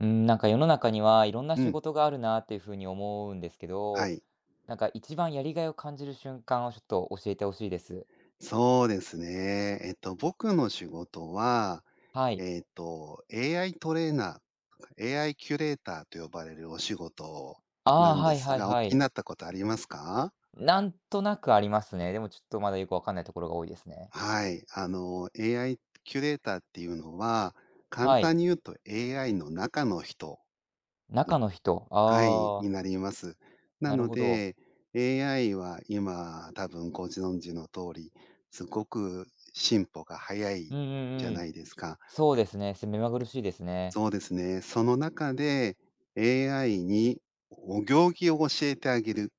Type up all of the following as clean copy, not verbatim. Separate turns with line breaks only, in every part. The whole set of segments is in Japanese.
うん、なんか世の中にはいろんな
う
仕
ん、
事があるなっていうふうに思うんですけ
は
ど、
い。
なんか一番やりがいを感じる瞬間をちょっと教えてほしいです。
そうですね。僕の仕事は、
はい。
AI トレーナー、AI キュレーターと呼ばれるお仕事
あ
な
あ、
んで
はい
す
はい
が、お
は
気に
い。
なったことありますか？
なんとなくありますね。でもちょっとまだよくわかんないところが多いですね。
はい。AI キュレーターっていうのは、簡
はい。
単に言うと AI の中の人
中の人。
はい、に
ああ、
なります。な
なる
の
ほど。
で、AI は今、多分ご存知の通り、すごく進歩が早
う
い
んう
じ
ん
ゃ
う
な
ん。
いですか。
そうですね。目まぐるしいですね。
そうですね。その中で AI にお行儀を教えてあげる。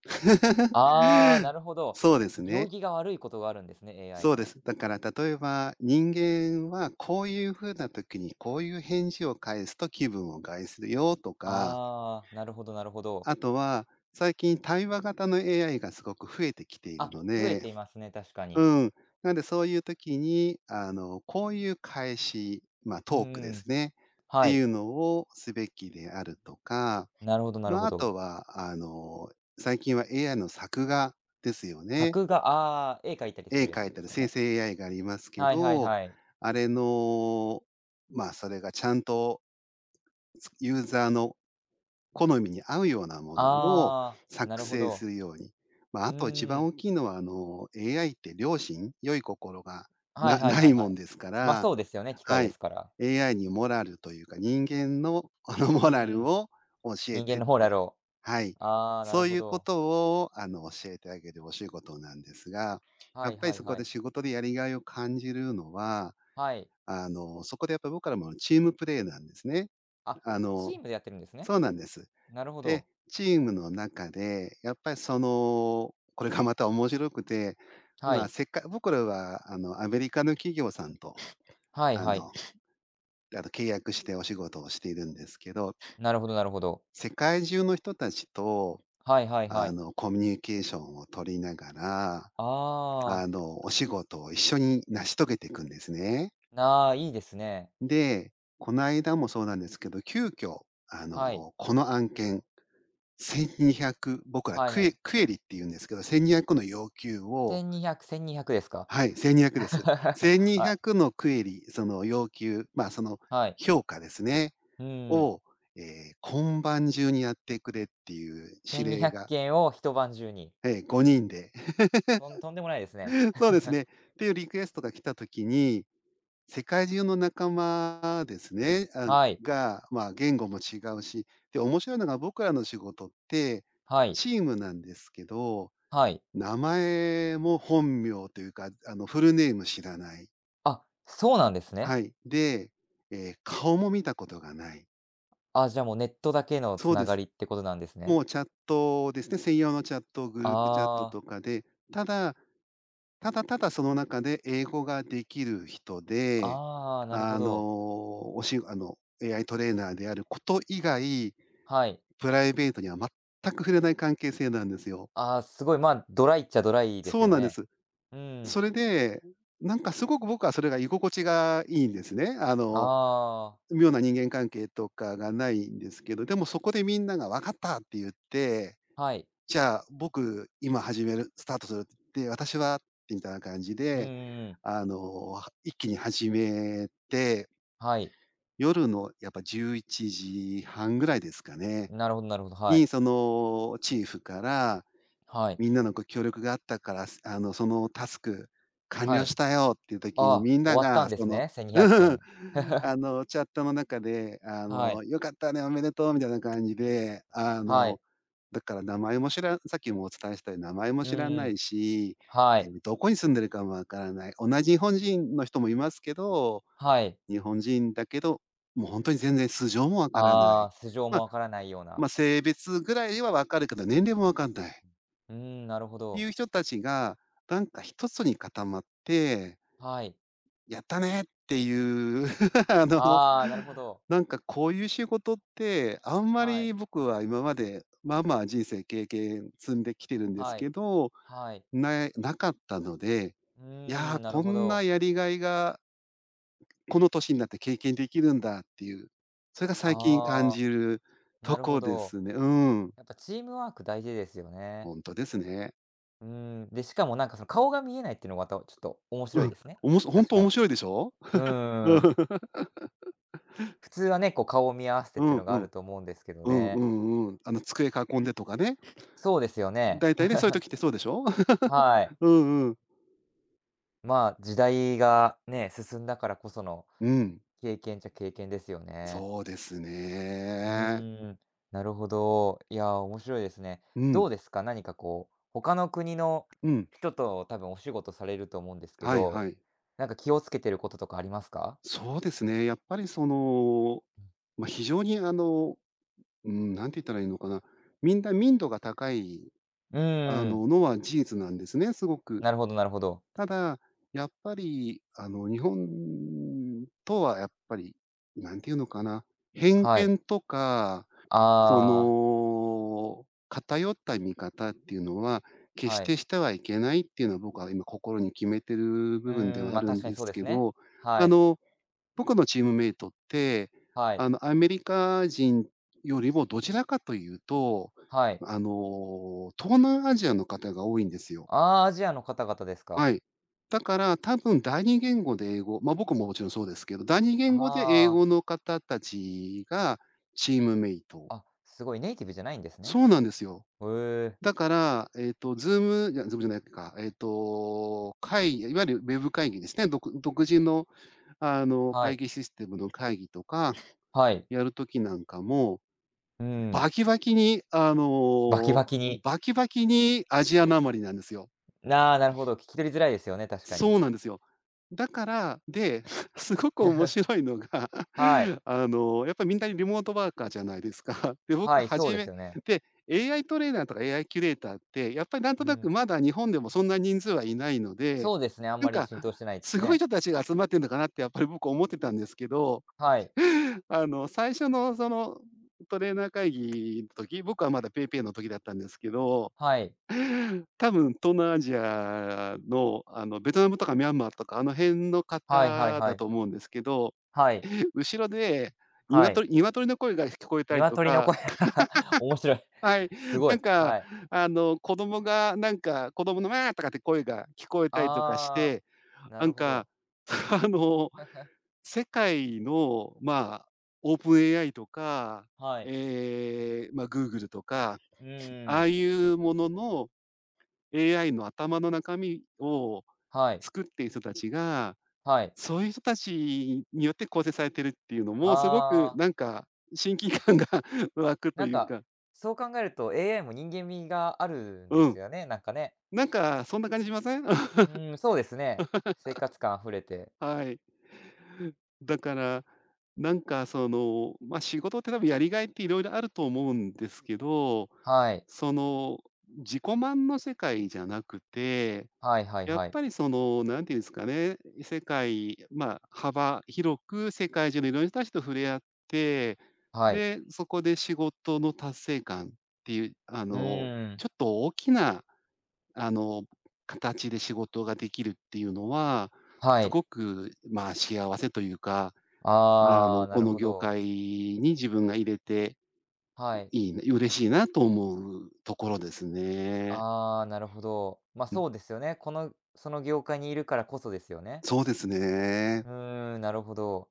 ああ、な るほど。
そうです
行
ね。
儀が悪いことがあるんですね、AI
そうで
が。
す。だから例えば、人間はこういうふうな時にこういう返事を返すと気分を害するよとか、
ああ、なるほどなるほど。
あとは最近対話型の AI がすごく増えてきている
あ、
の
増え
で、
ていますね、確か
う
に。
ん。なのでそういう時に、こういう返し、まあ、
うん
トーク
う
で
ん。
すね。っ
は
て
い。
いうのをすべきであるとか、
なるほどなる
まあ、
ほ
あ
ど。
とは、あの、最近は AI の作画ですよね。
作画、ああ、絵描いたりす
絵
るや
描
つ
い
で
た
す
ら
か
生
ね。
成 AI がありますけ
はいはい
ど、
はい。
あれの、まあ、それがちゃんと、ユーザーの好みに合うようなものを
ああ、な
作
るほ
成す
ど。
るように。まあ、
う
あと一
ー
番
ん。
大きいのは、AI って良心、良い心が
は
な
いはい
な
はい
い
は
も
い。
んですか
ま、
ら、
そうですよね、機械
は
で
い。
すから。
AI にモラルというか、人間のこの
う
モラ
ー
ル
ん、
を教え
人間
てっ
の
て、
方だろ
はい。
う。ああ、なる
そう
ほ
いうこ
ど。
とを教えてあげるお仕事なんですが、
は
やっ
い
ぱり
はい
そこ
は
で
い。
仕事でやりがいを感じるのは、
はい。
そこでやっぱり僕らもチームプレーなんですね。
あ、
あ
チ
の
ームでやってるんですね。
そうなんです。
なるほ
で、
ど。
チームの中でやっぱりその、これがまた面白くて、
は
まあ、
い。
せっか僕らはアメリカの企業さんと
はい
あ
はい。
の契約してお仕事をしているんですけど、
なるほどなるほど。
世界中の人たちと、
はいはいはい。
コミュニケーションを取りながら、
ああ、
お仕事を一緒に成し遂げていくんですね。
なあ、いいですね。
で、この間もそうなんですけど、急遽、
はい。
この案件、1200、僕ら
はいはい。
クエリって言うんですけど、1200の要求を、
1200、1200ですか。
はい、1200です。
はい。
1200のクエリ、その要求、まあ、その
はい。
評価ですね。
うーん。
を、ええ、今晩中にやってくれっていう指
1200
令が、
件を一晩中に。
ええ、5人で。
とんでもないですね。
そうです ね。っていうリクエストが来た時に、世界中の仲間ですね、
はい。
が、まあ、言語も違うし、で、面白いのが僕らの仕事って、
はい。
チームなんですけど、
はい。
名前も本名というか、フルネーム知らない。
あ、そうなんですね。
はい。で、ええ、顔も見たことがない。
あ、じゃあもうネットだけのつ
そう
な
で
が
す。
りってことなんですね。
もうチャットですね、専用のチャット、グループチャット
ああ、
とかで、ただ、ただその中で英語ができる人で、
ああ、なるほ
あ
ど。
の、おしあの、AI トレーナーであること以外、
はい。
プライベートには全く触れない関係性なんですよ。
ああ、すごい、まあ、ドライっちゃドライです
そう
よ
なんで
ね。
す。
うん。
それで、なんかすごく僕はそれが居心地がいいんですね。
ああ、
妙な人間関係とかがないんですけど、でもそこでみんなが分かったって言って、
はい。
じゃあ、僕、今始めるスタートするって、私はってみたいな感じ
うんう
で、
んうん。
あの、一気に始めて、
はい。
夜のやっぱ11時半ぐらいですかね、
なるほどなるほど。は
に、
い。
そのチーフから
はい。
みんなのご協力があったから、そのタスク完
は
了
い。
したよっていう時
あ
に、
あ、
みん
終
な
わった
が
んで
そ
す
の、
ね、1200
うん、
件。
チャットの中で、
はい。
「良かったね、おめでとう」みたいな感じで、
はい。
だから名前も知らさっきもお伝えしたように名前も
うん
知ら
う
な
ん。
いし、
は
え
い。
え、どこに住んでるかもわからない。同じ日本人の人もいますけど、
はい。
日本人だけど、もうほんとに全然素性もわからな
あ
い。
あ、素性も
ま
わからないような。
ま性別ぐらいはわかるけど、年齢もわかんない。
うーん、なるほど。
いう人たちが、なんか一つに固まって、
はい。
やったねっていう、あの、
ああ、なるほど。
なんかこういう仕事って、あんま
は
り
い。
僕は今まで、まあまあ人生経験積んできてるんです
はい。
けど、
はい。
なかったので、
うー
いや
ん、
ー、
なる
こ
ほ
んな
ど。
やりがいが、この年になって経験できるんだっていう、それが最近感
ああ、
じる
な
と
るほ
こで
ど。
すね。うん。
やっぱチームワーク大事ですよね。
本当ですね。
うーん、で、しかもなんかその顔が見えないっていうのがまたちょっと面
う
白い
ん。
ですね。
おもしほ
確か
面
に。
白いでしょ？
う
う
ー
ん。
ん。普通はね、こう顔を見合わせてっ
う
ていう
ん
のが
う
ある
ん。
と思うんですけど
うん
ね。
うんうん。机囲んでとかね。
そうですよね。
大体ね、そういう時ってそうでしょ？
はい。
うんうん。
まあ、時代がね、進んだからこその
うん。
経験っちゃ経験ですよね。
そうです
う
ね。
ーん、なるほど。いやー、面白いですね。
う
ど
ん。
うですか？何かこう、他の国の
うん。
人と多分お仕事されると思うんですけ
はい
ど、
はい。
なんか気をつけてることとかありますか？
そうですね、やっぱりその、まあ、非常にうんなん、て言ったらいいのかな、みんな民度が高い、
うーん、
のは事実なんですね、すごく。
なるほどなるほど。
ただ、やっぱり日本とはやっぱり、なんて言うのかな、偏
はい。
見とかそ
あ
の、偏った見方っていうのは、
あ、
決し
はい。
てしてはいけないっていうのは僕は今心に決めてる
う
部分で
ーん、
はあ
ま、あ
る
確
ん
かに
で
そ
す
うです
け
ね。
ど、
は
あ
い、
の、僕のチームメイトって、
はい、
アメリカ人よりもどちらかというと、
はい。
東南アジアの方が多いんですよ。
ああ、アジアの方々ですか。
はい。だから多分第二言語で英語、ま、僕ももちろんそうですけど、第二言語で英
あ
語の方たちがチームメイト、
あ、あ、すごいネイティブじゃないんです
そ
ね。
うなんですよ。
へえ、
だから、Zoom じゃ、ズームじゃないか、会議、いわゆるウェブ会議ですね。独自の、
は
会
い、
議システムの会議とか
はい。
やる時なんかも、
うーん、
バキバキに、
バキバキに
バキバキにアジアなまりなんですよ。
なあ、なるほど、聞き取りづらいですよね、確かに。
そうなんですよ。だから、で、すごく面 白いのが、
はい。
やっぱりみんなリモートワーカーじゃないですか。で、僕
はい、そう
初
です
め
よね。
で、AI トレーナーとか AI キュレーターって、やっぱりなん
う
とな
ん。
くまだ日本でもそんな人数はいないので、
そうですね、あん
な
ま
ん
り
か、
浸透してないです
すごい
ね。
人たちが集まってるのかなってやっぱり僕思ってたんですけど、
はい。
最初のそのトレーナー会議の時、僕はまだ PayPay の時だったんですけど、
はい。
多分東南アジアの、ベトナムとかミャンマーとか、あの辺の
はいはい
方
は
だ
い。
と思うんですけど、
はい。
後ろで
はい。
鶏の声が聞こえたりと
鶏の
か、
声、面白い。
はい、
すご
な
い。
んか、
はい。
子供の「わあ」とかって声が聞こえたりとかし
ああ、
て、
な
な
る
ん
ほ
か、
ど。
あの、世界の、まあ、オープン AI とか、
はい。
ええ、ま、Google とか、
うー
ああ
ん。
いうものの AI の頭の中身を
はい。
作っている人たちが、
はい。
そういう人たちによって構成されてるっていうのも、すごく
ああ、
なんか親近感が 湧くと
なん
いう
か、
か、
そう考えると AI も人間味があるんで
う
す
ん。
よね、なんかね。
なんかそんな感じしません？
うん、そうですね。生活感溢れて。
はい。だから、なんかその、ま、仕事って多分やりがいっていろいろあると思うんですけど、
はい。
その、自己満の世界じゃなくて
はいはい
やっ
はい。
ぱりその、何ていうんですかね、世界、まあ、幅広く世界中のいろんな人たちと触れ合って、
はい。
で、そこで仕事の達成感っていう、
うーん。
ちょっと大きな、あの、形で仕事ができるっていうのは、
は
す
い。
ごく、まあ、幸せというか、
ああ、な
こ
る
の
ほ
業
ど。
界に自分が入れて
はい。
いいな嬉しいなと思うところですね。
ああ、なるほど。ま、あ
うん、
そうですよね。このその業界にいるからこそですよね。
そうですね。
うーん、なるほど。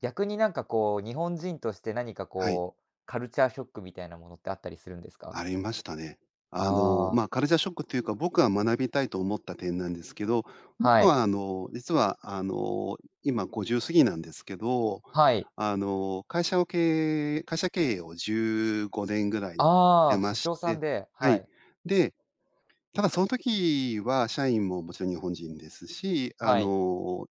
逆になんかこう、日本人として何か
はい。
こう、カルチャーショックみたいなものってあったりするんですか？
ありましたね。
ああ
まあ、
ー、
カルチャーショックというか、僕は学びたいと思った点なんですけど、
は
僕
い。
は実は今50過ぎなんですけど、
はい。
会社経営を15年ぐらいやって
ああ、
ま
社
し
長さん
て、
で、
は
は
い。
い。
で、ただその時は社員ももちろん日本人ですし、
はい。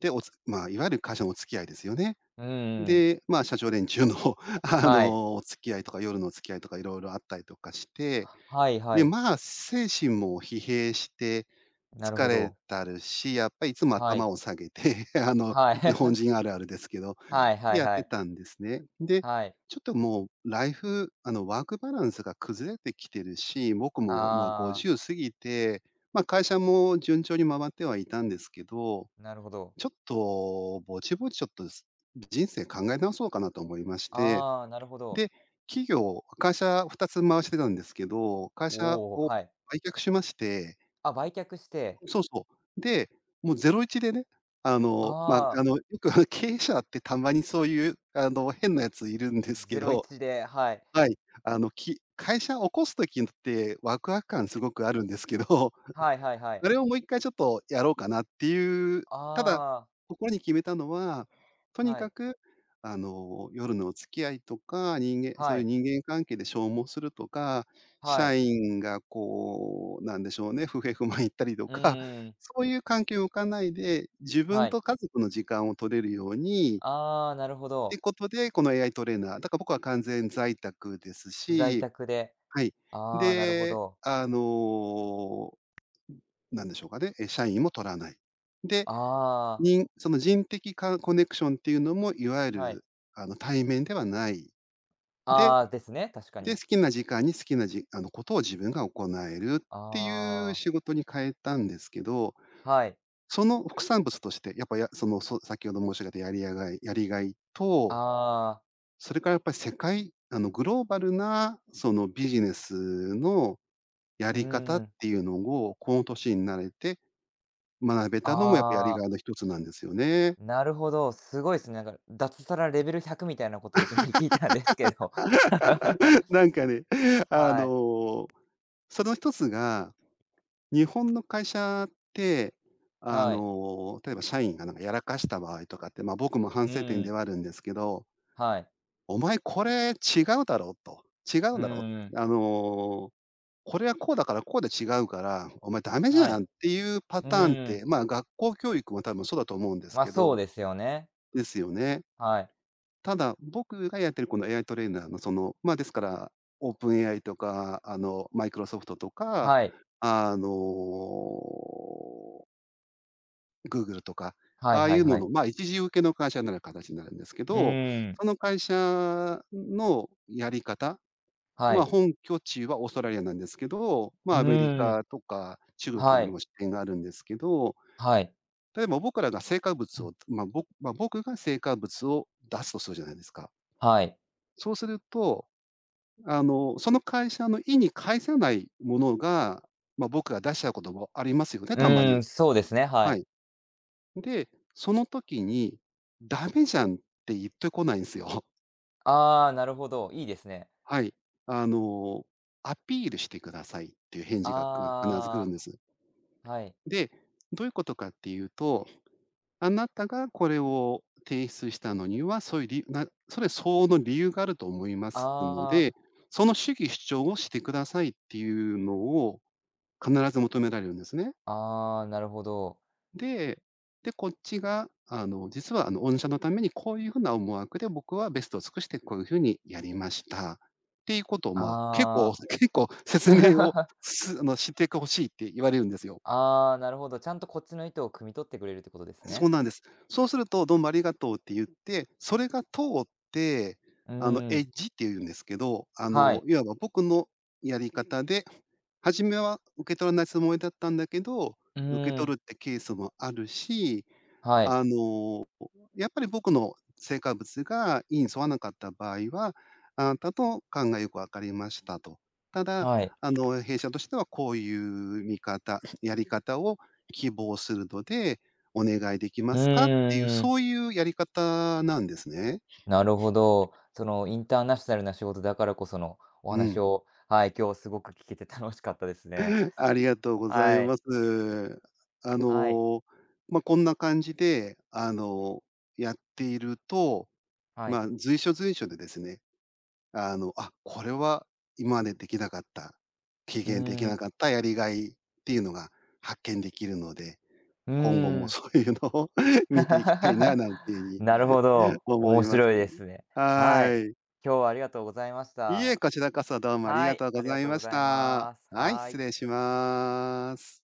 で、まあ、いわゆる会社のお付き合いですよね。
うーん。
で、まあ、社長連中の
はい。
お付き合いとか夜のお付き合いとかいろいろあったりとかして、
はいは
で、
い。
まあ、精神も疲弊して、
なる
疲
ほ
れ
ど。
たるし、やっぱりいつも
は
頭
い。
を下げて あの、
はい。
日本 人あるあるですけど、
はいはい
やっ
は
て
い。
たんですね。で、
はい。
ちょっともうライフワークバランスが崩れてきてるし、僕も、まあ、
ああ、
50過ぎて、まあ、会社も順調に回ってはいたんですけど、
なるほど。
ちょっとぼちぼちちょっと、人生考え直そうかなと思いまして、
ああ、なるほど。
で、会社2つ回してたんですけど、会社
おお、
を
はい。
売却しまして、
あ、売却して、
そうそう。で、もう01でね、ま、
ああ、
よく経営者ってたまにそういう変なやついるんですけ
ゼロイ
ど、
チで、はい。
はい、会社起こす時ってワクワク感すごくあるんですけど、
はいはいはい。
それをもう一回ちょっとやろうかなっていう、ただ、
ああ、
心に決めたのは、とに
は
か
い、
く、夜のお付き合いとか、そ
は
ういう
い、
人間関係で消耗するとか、
はい。
社員がこう、なんでしょうね、不平不満言ったりと
う
か、
ーん、
そういう関係を置かないで、自
は
分
い。
と家族の時間を取れるように
ああ、なるほ
って
ど。
ことで、この AI トレーナーだから僕は完全在宅です
在
し、
宅で、
はい。
ああ、なるほ
で、
ど。
なんでしょうかね、社員も取らない。で、
ああ、
その人的かコネクションっていうのも、いわゆ
はい。
る対面ではない。で、
ああ、ですね、確か
で、好
に。
きな時間に好きなじあの、ことを自分が行えるっていう
ああ、
仕事に変えたんですけど、
はい。
その副産物として、やっぱ、や先ほど申し上げたやりがいと、
ああ、
それからやっぱり世界あの、グローバルなそのビジネスのや
うー
り方っ
ん、
ていうのを、この年になれて学べたのもやっぱやり
あ
が
あ。
いの一つなんですよね。
なるほど、すごいですね。なんか、脱サラレベル100みたいなことをいきなり聞いたんですけど。
なんかね、あ
はい、
の、その一つが、日本の会社って、
はい、
例えば社員がなんかやらかした場合とかって、ま、僕も
う
反省点
ー
で
ん、
はあるんですけど、
はい、
「お前これ違うだろ」うと。「違
う
うだろ
ーん、
う？これはこうだからこうで違うから、お前ダメじ
は
ゃ
い、
ん」っていうパ
う
ターンっ
ーん、
て、まあ、学校教育も多分そうだと思うんです
ま、あ
け
そう
ど、
ですよね。
ですよね。
はい、
ただ、僕がやってるこの AI トレーナーのその、まあ、ですから、オープン AI とか、マイクロソフトとか、
はい、
あの、グーグルとか、
はい
ああ
は
い
い
う
は
の
い。
の、まあ、一時受けの会社になる形になるんですけ
う
ど、
ーん、
その会社のやり方、
は
まあ、
い、
本拠地はオーストラリアなんですけど、ま
う
あ、アメリ
ーん、
カとか中
は
国に
い、
も支店があるんですけど、
はい、
例えば僕らが成果
う
物
ん、
を、まあ、僕が成果物を出すとするじゃないですか。
はい、
そうするとその会社の意に介さないものが、ま、僕が出しちゃうこともありますよね、
う
たま
ーん、
に。
そうですね、は
は
い。
い。で、その時に「ダメじゃん」って言ってこないんすよ。
ああ、なるほど、いいですね。
はい。あの、アピールしてくださいっていう返事が必ず来る
あ
んです。
あ、はい、
で、どういうことかっていうと、あなたがこれを提出したのには、そういうりなそれ相応の理由があると思いま
あ
すので、
あ、
その主義主張をしてくださいっていうのを必ず求められるんですね。
ああ、なるほど。
で、で、こっちが、実は、御社のためにこういうふうな思惑で僕はベストを尽くしてこういうふうにやりました、っていうことを、まあ、
あ
結構説明を、
あ。
してほしいって言われるんですよ。
ああ、なるほど。ちゃんとこっちの意図を汲み取ってくれるってことです
そ
ね。
うなんです。そうすると、どうもありがとうって言って、それが通って、
うー
エ
ん。
ッジっていうんですけど、あ
は
の、
い。
いわば僕のやり方で、初めは受け取らないつもりだったんだけど、
う
受け
ーん。
取るってケースもあるし、
はい。
あの、やっぱり僕の成果物が意に沿わなかった場合は、あなたの考えがよく分かりましたと。ただ、
はい。
弊社としてはこういう見方、やり方を希望するので、お願いでき
う
ますかっていう、
ーん。
そういうやり方なんですね。
なるほど。そのインターナショナルな仕事だからこそのお
う
話
ん。
を、はい、今日すごく聞けて楽しかったですね。
ありがとうござい
はい。
ます。あ
はい。
の、まあ、こんな感じで、やっていると、
はい。
まあ、随所でですね、あ、これは今までできなかった、経
う
験でき
ー
な
ん。
かったやりがいっていうのが発見できるので、
う
今後
ー
も
ん。
そういうのを 見ていきたいな なんていう
なるほ
ふうに
ど。
思
面
います。
白いですね。は
は
い。
い。
今日はありがとうございまし
いいえ、
た。
こちらこそどうもあり
は
が
い、
とう
あ
ご
りが
ざい
とう
ま
ご
し
ざい
た。
ます。
はい、
は
失礼
い。
します。